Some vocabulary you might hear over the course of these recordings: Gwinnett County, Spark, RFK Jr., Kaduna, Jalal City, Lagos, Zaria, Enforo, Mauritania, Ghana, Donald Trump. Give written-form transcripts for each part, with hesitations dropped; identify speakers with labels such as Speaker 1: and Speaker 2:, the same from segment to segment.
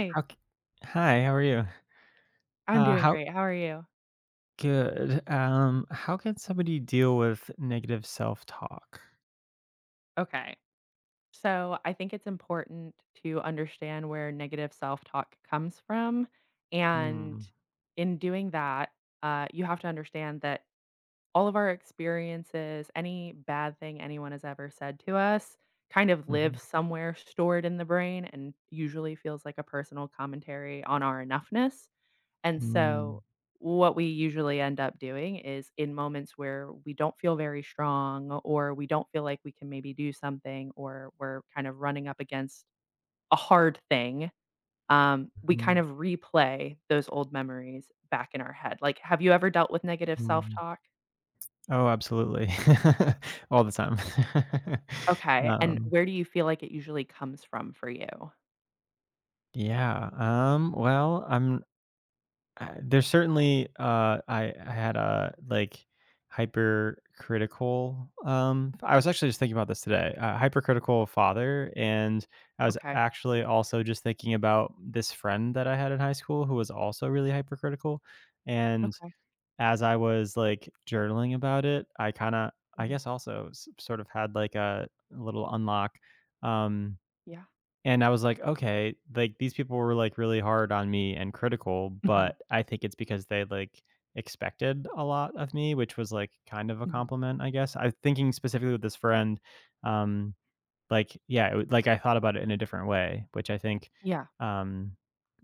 Speaker 1: Hey,
Speaker 2: Ok. Hi, how are you?
Speaker 1: I'm doing
Speaker 2: How
Speaker 1: great. How are you?
Speaker 2: Good. How can somebody deal with negative self-talk?
Speaker 1: Okay. So I think it's important to understand where negative self talk comes from. And
Speaker 2: Mm.
Speaker 1: in doing that, you have to understand that all of our experiences, any bad thing anyone has ever said to us, kind of
Speaker 2: Mhm.
Speaker 1: lives somewhere stored in the brain and usually feels like a personal commentary on our enoughness. And
Speaker 2: Mm.
Speaker 1: so what we usually end up doing is in moments where we don't feel very strong or we don't feel like we can maybe do something or we're kind of running up against a hard thing, we kind
Speaker 2: Mhm.
Speaker 1: of replay those old memories back in our head. Like, have you ever dealt with negative
Speaker 2: Mhm.
Speaker 1: self-talk?
Speaker 2: Oh, absolutely. All the time.
Speaker 1: Okay, and
Speaker 2: Um,
Speaker 1: where do you feel like it usually comes from for you?
Speaker 2: yeah, well, I'm There's certainly I had a, like, hypercritical, I was
Speaker 1: Mm.
Speaker 2: actually just thinking about this today, a hypercritical father, and I was
Speaker 1: Okay.
Speaker 2: actually also just thinking about this friend that I had in high school who was also really hypercritical, and
Speaker 1: Okay.
Speaker 2: as I was, like, journaling about it, I kinda I
Speaker 1: Mhm.
Speaker 2: guess also s sort of had, like, a little unlock, um
Speaker 1: Yeah.
Speaker 2: and I was like, "Okay, like, these people were, like, really hard on me and critical,
Speaker 1: Mhm.
Speaker 2: but I think it's because they, like, expected a lot of me," which was, like, kind of a
Speaker 1: Mhm.
Speaker 2: compliment, I guess. I thinking specifically with this friend, um, like, yeah, like, I thought about it in a different way, which I think,
Speaker 1: Yeah.
Speaker 2: um,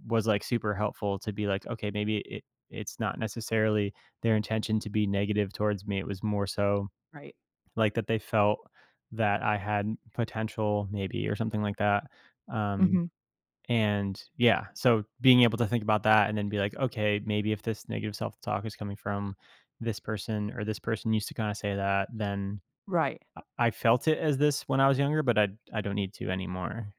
Speaker 2: was, like, super helpful to be like, "Okay, maybe it's not necessarily their intention to be negative towards me." It was more so,
Speaker 1: Right.
Speaker 2: like, that they felt that I had potential maybe or something like that, um,
Speaker 1: Mhm.
Speaker 2: and yeah, so being able to think about that and then be like, okay, maybe if this negative self talk is coming from this person or this person used to kind of say that, then
Speaker 1: Right.
Speaker 2: I felt it as this when I was younger, but I don't need to anymore.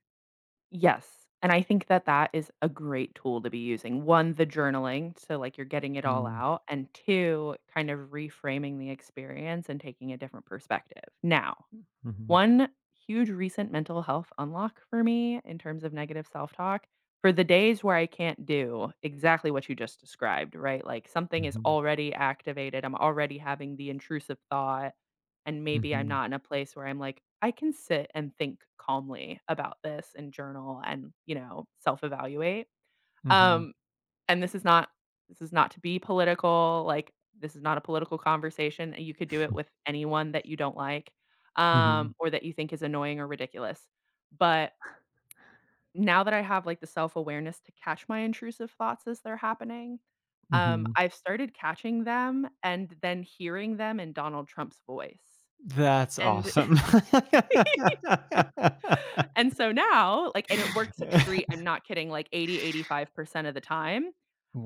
Speaker 1: Yes, and I think that that is a great tool to be using. 1, the journaling, so, like, you're getting it all
Speaker 2: Mm,
Speaker 1: out, and 2, kind of reframing the experience and taking a different perspective. Now
Speaker 2: mhm,
Speaker 1: one huge recent mental health unlock for me in terms of negative self-talk, for the days where I can't do exactly what you just described, right? Like something is
Speaker 2: mhm,
Speaker 1: already activated. I'm already having the intrusive thought and maybe I'm
Speaker 2: mhm,
Speaker 1: not in a place where I'm like, I can sit and think calmly about this and journal and, you know, self-evaluate.
Speaker 2: mhm,
Speaker 1: Um and this is not to be political, like, this is not a political conversation, and you could do it with anyone that you don't like,
Speaker 2: mhm,
Speaker 1: or that you think is annoying or ridiculous. But now that I have, like, the self-awareness to catch my intrusive thoughts as they're happening,
Speaker 2: mhm.
Speaker 1: I've started catching them and then hearing them in Donald Trump's voice.
Speaker 2: That's
Speaker 1: And
Speaker 2: awesome.
Speaker 1: and so now, like and it works a treat, I'm not kidding, like 80, 85% of the time,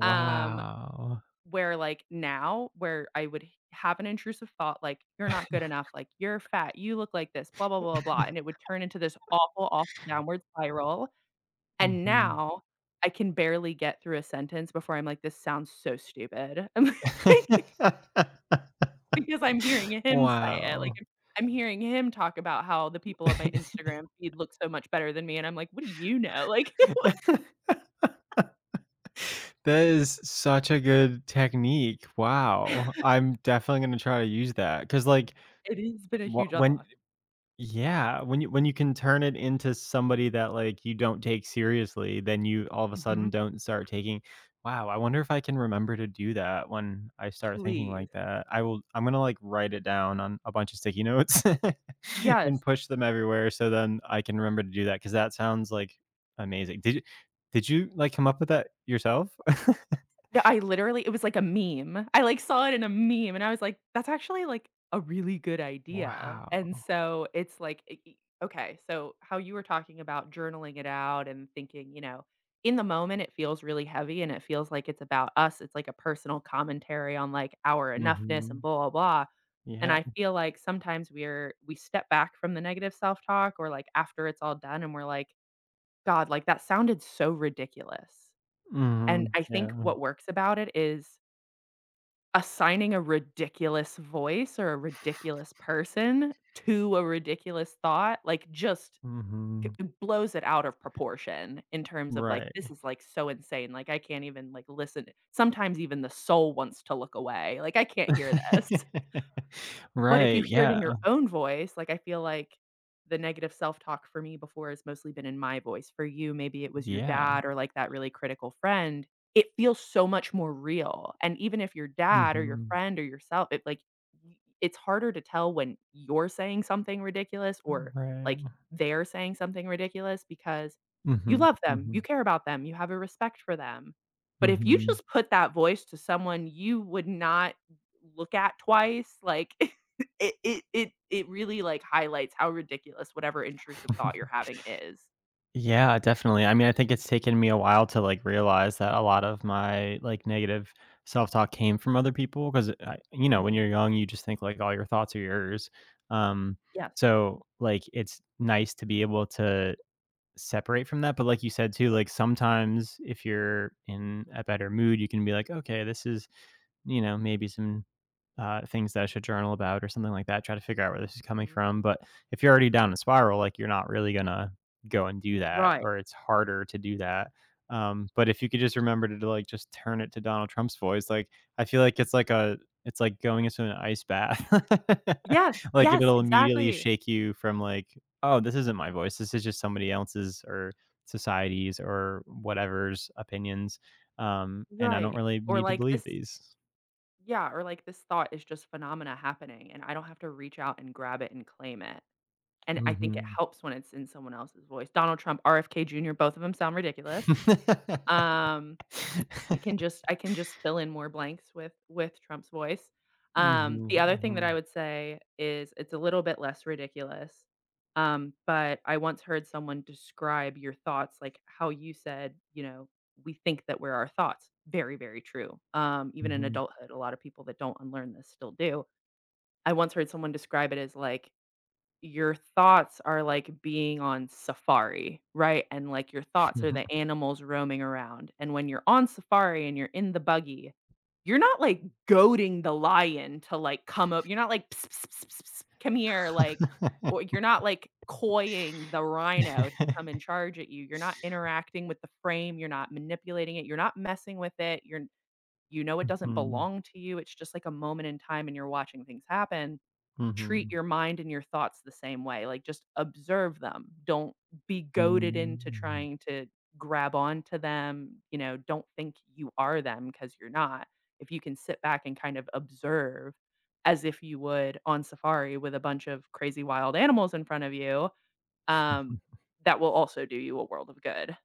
Speaker 1: um where, like, now where I would h have an intrusive thought, like, "You're not good enough," like, "You're fat, you look like this, blah, blah, blah, blah," and it would turn into this awful, awful downward spiral, and
Speaker 2: Mhm.
Speaker 1: now I can barely get through a sentence before I'm like, "This sounds so stupid." I'm like because I'm hearing him say it, like,
Speaker 2: Wow.
Speaker 1: I'm hearing him talk about how the people on my Instagram feed look so much better than me, and I'm like, "What do you know?" Like,
Speaker 2: That is such a good technique. Wow. I'm definitely gonna try to use that. Cause like,
Speaker 1: it has been a
Speaker 2: wh
Speaker 1: huge
Speaker 2: when
Speaker 1: unlock.
Speaker 2: yeah, when you can turn it into somebody that, like, you don't take seriously, then you all of a sudden
Speaker 1: Mhm.
Speaker 2: don't start taking wow, I wonder if I can remember to do that when I start thinking
Speaker 1: Please.
Speaker 2: like that. I'm gonna, like, write it down on a bunch of sticky notes and
Speaker 1: Yes.
Speaker 2: push them everywhere so then I can remember to do that. Cause that sounds, like, amazing. Did you, like, come up with that yourself?
Speaker 1: No, I literally it was like a meme. I, like, saw it in a meme, and I was like, "That's actually, like, a really good idea." And
Speaker 2: Wow.
Speaker 1: so it's like I okay, so how you were talking about journaling it out and thinking, in the moment, it feels really heavy, and it feels like it's about us. It's like a personal commentary on, like, our enoughness and
Speaker 2: Mhm.
Speaker 1: blah, blah, blah, and
Speaker 2: Yeah.
Speaker 1: I feel like sometimes we step back from the negative self-talk or, like, after it's all done, and we're like, "God, like, that sounded so ridiculous." And
Speaker 2: Mhm.
Speaker 1: I think
Speaker 2: Yeah.
Speaker 1: what works about it is assigning a ridiculous voice or a ridiculous person to a ridiculous thought, like, just g
Speaker 2: Mhm.
Speaker 1: blows it out of proportion in terms of, like, this
Speaker 2: Right.
Speaker 1: is, like, so insane, like, I can't even, like, listen sometimes even the soul wants to look away, like, I can't hear this. But if
Speaker 2: Right,
Speaker 1: you hear it in
Speaker 2: yeah.
Speaker 1: your own voice, like, I feel like the negative self-talk for me before has mostly been in my voice. For you, maybe it was your
Speaker 2: Yeah.
Speaker 1: dad or, like, that really critical friend. It feels so much more real, and even if your dad or your
Speaker 2: Mhm.
Speaker 1: friend or yourself, it, like, y it's harder to tell when you're saying something ridiculous or,
Speaker 2: Right.
Speaker 1: like, they're saying something ridiculous because you
Speaker 2: Mhm.
Speaker 1: love them, you
Speaker 2: Mhm.
Speaker 1: care about them, you have a respect for them. But if you
Speaker 2: Mhm.
Speaker 1: just put that voice to someone you would not look at twice, like it really, like, highlights how ridiculous whatever intrusive thought you're having is.
Speaker 2: Yeah, definitely. I mean, I think it's taken me a while to, like, realize that a lot of my, like, negative self-talk came from other people because when
Speaker 1: Mhm.
Speaker 2: you're young, you just think, like, all your thoughts are yours. Um,
Speaker 1: Yes.
Speaker 2: so, like, it's nice to be able to separate from that, but like you said too, like sometimes if you're in a better mood you can be like, okay, this is, maybe some things that I should journal about or something like that. Try to figure out where this is coming
Speaker 1: Mhm.
Speaker 2: from. But if you're already down a spiral, like you're not really gonna go and do that,
Speaker 1: Right.
Speaker 2: or it's harder to do that. But if you could just remember to like just turn it to Donald Trump's voice, like I feel like it's like going into an ice bath.
Speaker 1: Yes,
Speaker 2: Like
Speaker 1: yes,
Speaker 2: it'll immediately
Speaker 1: exactly.
Speaker 2: shake you from like, oh, this isn't my voice. This is just somebody else's or society's or whatever's opinions. And I don't
Speaker 1: Right.
Speaker 2: really
Speaker 1: Or
Speaker 2: need to
Speaker 1: like
Speaker 2: believe
Speaker 1: this
Speaker 2: these.
Speaker 1: yeah, or like this thought is just phenomena happening, and I don't have to reach out and grab it and claim it. And I think it
Speaker 2: hmm
Speaker 1: helps when it's in someone else's voice. Donald Trump, RFK Jr., both of them sound ridiculous. Um I can just fill in more blanks with Trump's voice.
Speaker 2: Mhm,
Speaker 1: The other thing that I
Speaker 2: mhm,
Speaker 1: would say is it's a little bit less ridiculous. But I once heard someone describe your thoughts like how you said, you know, we think that we're our thoughts. Very, very true. Even in
Speaker 2: mhm,
Speaker 1: adulthood, a lot of people that don't unlearn this still do. I once heard someone describe it as like your thoughts are like being on safari, right? And like your thoughts are
Speaker 2: mhm.
Speaker 1: the animals roaming around. And when you're on safari and you're in the buggy, you're not like goading the lion to like come up. You're not like, "Ps, ps, ps, ps, ps, come here, like, or you're not like coying the rhino to come and charge at you. You're not interacting with the frame. You're not manipulating it. You're not messing with it. You're, you know, it doesn't
Speaker 2: Mhm,
Speaker 1: belong to you. It's just like a moment in time and you're watching things happen treat
Speaker 2: mhm.
Speaker 1: your mind and your thoughts the same way, like, just observe them. Don't be goaded into
Speaker 2: Hmm.
Speaker 1: trying to grab onto them, you know, don't think you are them because 'cause you're not. If you can sit back and kind of observe as if you would on safari with a bunch of crazy wild animals in front of you, um, that will also do you a world of good.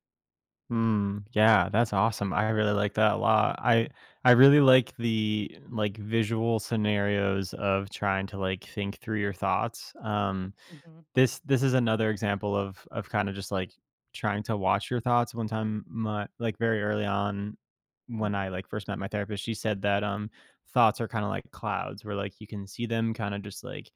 Speaker 2: Yeah, that's awesome, I really like that a lot. I really like the, like, visual scenarios of trying to, like, think through your thoughts.
Speaker 1: Mhm,
Speaker 2: This is another example of kind of just like trying to watch your thoughts. One time, my like very early on when
Speaker 1: mhm,
Speaker 2: I like first met my therapist, she said that thoughts are kind of like clouds where like you can see them kind of just like,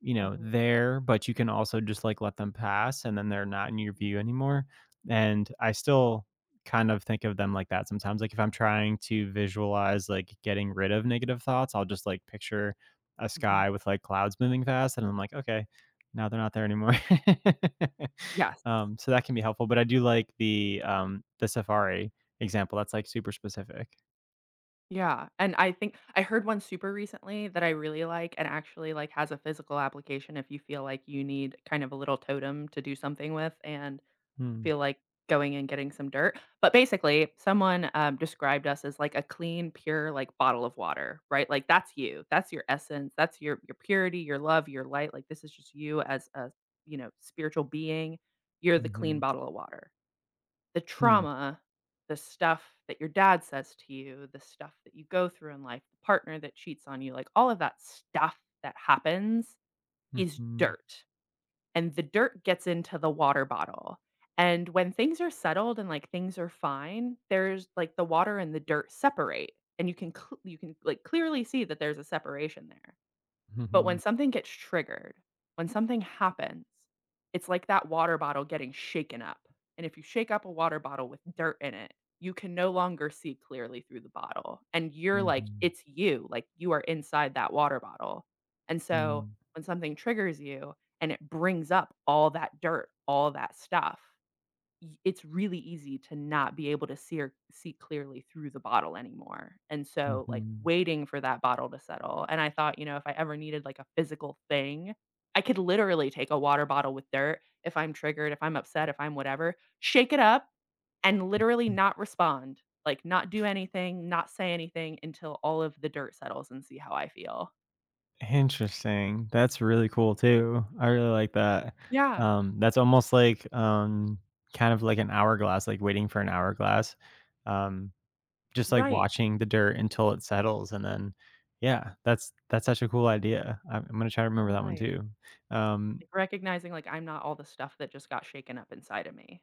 Speaker 2: you know,
Speaker 1: mhm,
Speaker 2: there, but you can also just, like, let them pass, and then they're not in your
Speaker 1: mhm,
Speaker 2: view anymore, and I still kind of think of them like that sometimes, like, if I'm trying to visualize,
Speaker 1: right.
Speaker 2: like, getting rid of negative thoughts, I'll just, like, picture a
Speaker 1: Mhm.
Speaker 2: sky with, like, clouds moving fast, and I'm like, "Okay, now they're not there anymore."
Speaker 1: Yes.
Speaker 2: So that can be helpful, but I do like the safari example. That's, like, super specific.
Speaker 1: Yeah, and I think I heard one super recently that I really like and actually, like, has a physical application if you feel like you need kind of a little totem to do something with and
Speaker 2: Hmm,
Speaker 1: feel like going and getting some dirt. But basically, someone, described us as, like, a clean, pure, like, bottle of water, right? Like, that's you. That's your essence. That's your purity, your love, your light. Like, this is just you as a, you know, spiritual being. You're the clean
Speaker 2: mhm,
Speaker 1: bottle of water, the
Speaker 2: hmm,
Speaker 1: trauma, the stuff that your dad says to you, the stuff that you go through in life, the partner that cheats on you, like all of that stuff that happens is
Speaker 2: mhm,
Speaker 1: dirt. And the dirt gets into the water bottle. And when things are settled and like things are fine, there's like the water and the dirt separate and you can like clearly see that there's a separation there but when
Speaker 2: mhm,
Speaker 1: something gets triggered, when something happens, it's like that water bottle getting shaken up. And if you shake up a water bottle with dirt in it, you can no longer see clearly through the bottle. And you're like,
Speaker 2: mhm,
Speaker 1: it's you, like you are inside that water bottle. And so
Speaker 2: mhm,
Speaker 1: when something triggers you and it brings up all that dirt, all that stuff, it's really easy to not be able to see or see clearly through the bottle anymore. And so like
Speaker 2: mhm.
Speaker 1: waiting for that bottle to settle. And I thought, you know, if I ever needed like a physical thing, I could literally take a water bottle with dirt if I'm triggered, if I'm upset, if I'm whatever, shake it up and literally not respond, like not do anything, not say anything until all of the dirt settles and see how I feel.
Speaker 2: Interesting. That's really cool too. I really like that.
Speaker 1: Yeah,
Speaker 2: That's almost like kind of like an hourglass, like waiting for an hourglass. Um, just like
Speaker 1: right.
Speaker 2: watching the dirt until it settles, and then yeah, that's such a cool idea. I'm gonna try to remember that one
Speaker 1: Right.
Speaker 2: too. Um,
Speaker 1: Like recognizing like I'm not all the stuff that just got shaken up inside of me.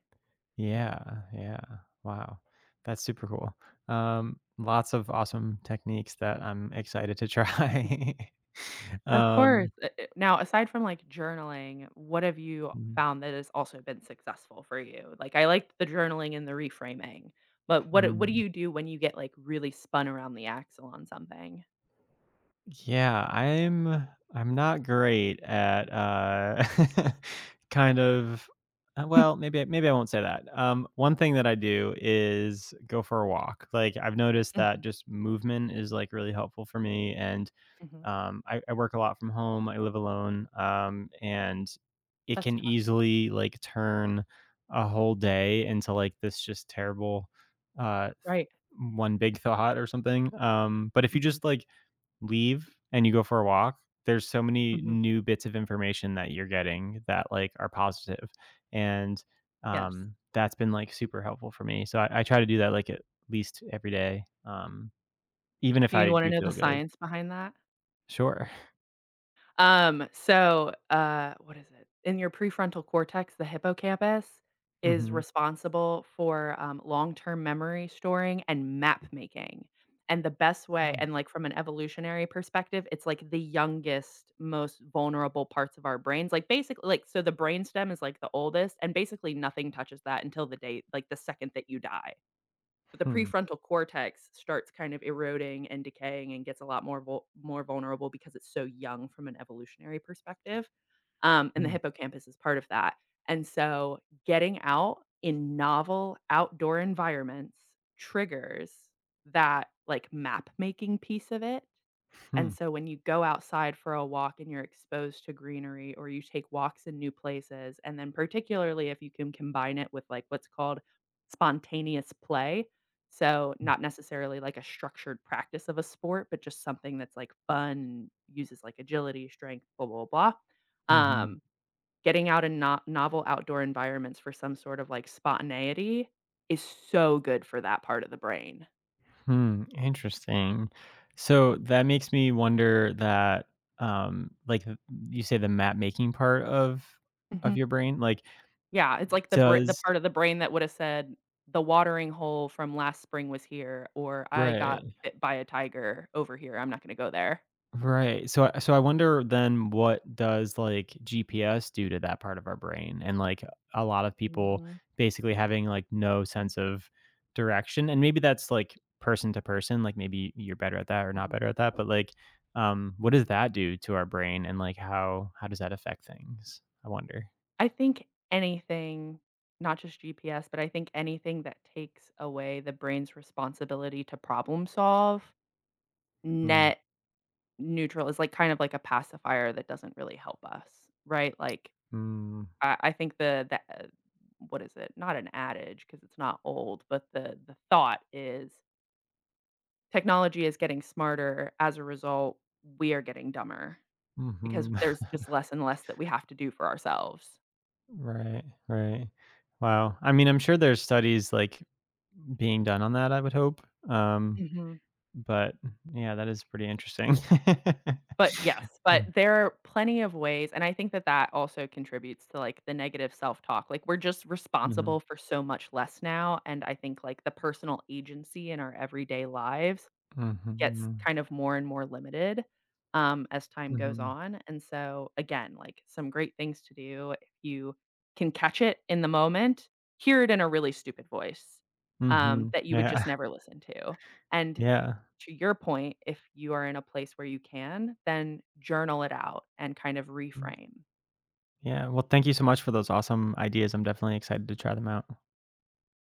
Speaker 2: yeah, yeah. Wow, that's super cool. Lots of awesome techniques that I'm excited to try.
Speaker 1: Of course.
Speaker 2: um,
Speaker 1: Now, aside from, like, journaling, what have you
Speaker 2: mm,
Speaker 1: found that has also been successful for you? Like, I liked the journaling and the reframing, but what do
Speaker 2: mm.
Speaker 1: you do when you get, like, really spun around the axle on something?
Speaker 2: Yeah, I'm not great at, kind of well, maybe I won't say that. One thing that I do is go for a walk. Like, I've noticed that
Speaker 1: Mhm,
Speaker 2: just movement is, like, really helpful for me, and,
Speaker 1: mhm.
Speaker 2: I work a lot from home, I live alone, and it
Speaker 1: That's
Speaker 2: can
Speaker 1: tough,
Speaker 2: easily, like, turn a whole day into, like, this just terrible, uh,
Speaker 1: right.
Speaker 2: one big thought or something, but if you
Speaker 1: Mhm,
Speaker 2: just, like, leave and you go for a walk, there's so many
Speaker 1: mhm.
Speaker 2: new bits of information that you're getting that like are positive, and
Speaker 1: Yes.
Speaker 2: um, that's been like super helpful for me. So I try to do that like at least every day, even if
Speaker 1: Do you
Speaker 2: I
Speaker 1: wanna
Speaker 2: do
Speaker 1: know the
Speaker 2: feel good.
Speaker 1: science behind that?
Speaker 2: Sure.
Speaker 1: What is it? In your prefrontal cortex, the hippocampus is
Speaker 2: Mhm.
Speaker 1: responsible for long term memory storing and map making. And the best way,
Speaker 2: Mm,
Speaker 1: and like from an evolutionary perspective, it's like the youngest, most vulnerable parts of our brains. Like basically, like so the brainstem is like the oldest, and basically nothing touches that until the day, like the second that you die. But the
Speaker 2: hmm,
Speaker 1: prefrontal cortex starts kind of eroding and decaying and gets a lot more vulnerable because it's so young from an evolutionary perspective. And the
Speaker 2: mm,
Speaker 1: hippocampus is part of that. And so getting out in novel outdoor environments triggers that like map making piece of it
Speaker 2: hmm,
Speaker 1: and so when you go outside for a walk and you're exposed to greenery or you take walks in new places, and then particularly if you can combine it with like what's called spontaneous play. So
Speaker 2: mm,
Speaker 1: not necessarily like a structured practice of a sport, but just something that's like fun and uses like agility, strength, blah, blah, blah.
Speaker 2: mhm,
Speaker 1: Um, getting out in novel outdoor environments for some sort of like spontaneity is so good for that part of the brain.
Speaker 2: hmm. Interesting. So that makes me wonder that, like you say, the map making part of
Speaker 1: Mm.
Speaker 2: your brain, like
Speaker 1: Yeah, it's like the
Speaker 2: does
Speaker 1: part of the brain that would've said, "The watering hole from last spring was here," or "I got
Speaker 2: right.
Speaker 1: bit by a tiger over here, I'm not gonna go there."
Speaker 2: Right. So I wonder then, what does, like, GPS do to that part of our brain? And, like, a lot of people
Speaker 1: Mhm,
Speaker 2: basically having, like, no sense of direction, and maybe that's, like, person to person, like, maybe you're better at that or not
Speaker 1: mhm.
Speaker 2: better at that, but, like, what does that do to our brain and, like, how does that affect things? I wonder.
Speaker 1: I think anything, not just GPS, but I think anything that takes away the brain's responsibility to problem solve,
Speaker 2: Mm,
Speaker 1: net neutral is like kind of like a pacifier that doesn't really help us, right? Like,
Speaker 2: mm,
Speaker 1: I think what is it? Not an adage because it's not old, but the thought is technology is getting smarter. As a result, we are getting dumber because
Speaker 2: mhm.
Speaker 1: there's just less and less that we have to do for ourselves.
Speaker 2: Right, right. Wow. I mean, I'm sure there's studies, like, being done on that, I would hope.
Speaker 1: Mhm.
Speaker 2: But yeah, that is pretty interesting.
Speaker 1: But yes, but there are plenty of ways, and I think that that also contributes to, like, the negative self-talk. Like, we're just
Speaker 2: Mhm,
Speaker 1: responsible for so much less now, and I think, like, the personal agency in our everyday lives gets
Speaker 2: mhm,
Speaker 1: kind of more and more limited, as time goes
Speaker 2: mhm,
Speaker 1: on, and so, again, like, some great things to do if you can catch it in the moment, hear it in a really stupid voice,
Speaker 2: mhm,
Speaker 1: that you would just
Speaker 2: yeah,
Speaker 1: never listen to, and
Speaker 2: yeah,
Speaker 1: to your point, if you are in a place where you can, then journal it out and kind of
Speaker 2: mm,
Speaker 1: reframe.
Speaker 2: yeah, well, thank you so much for those awesome ideas, I'm definitely excited to try them out.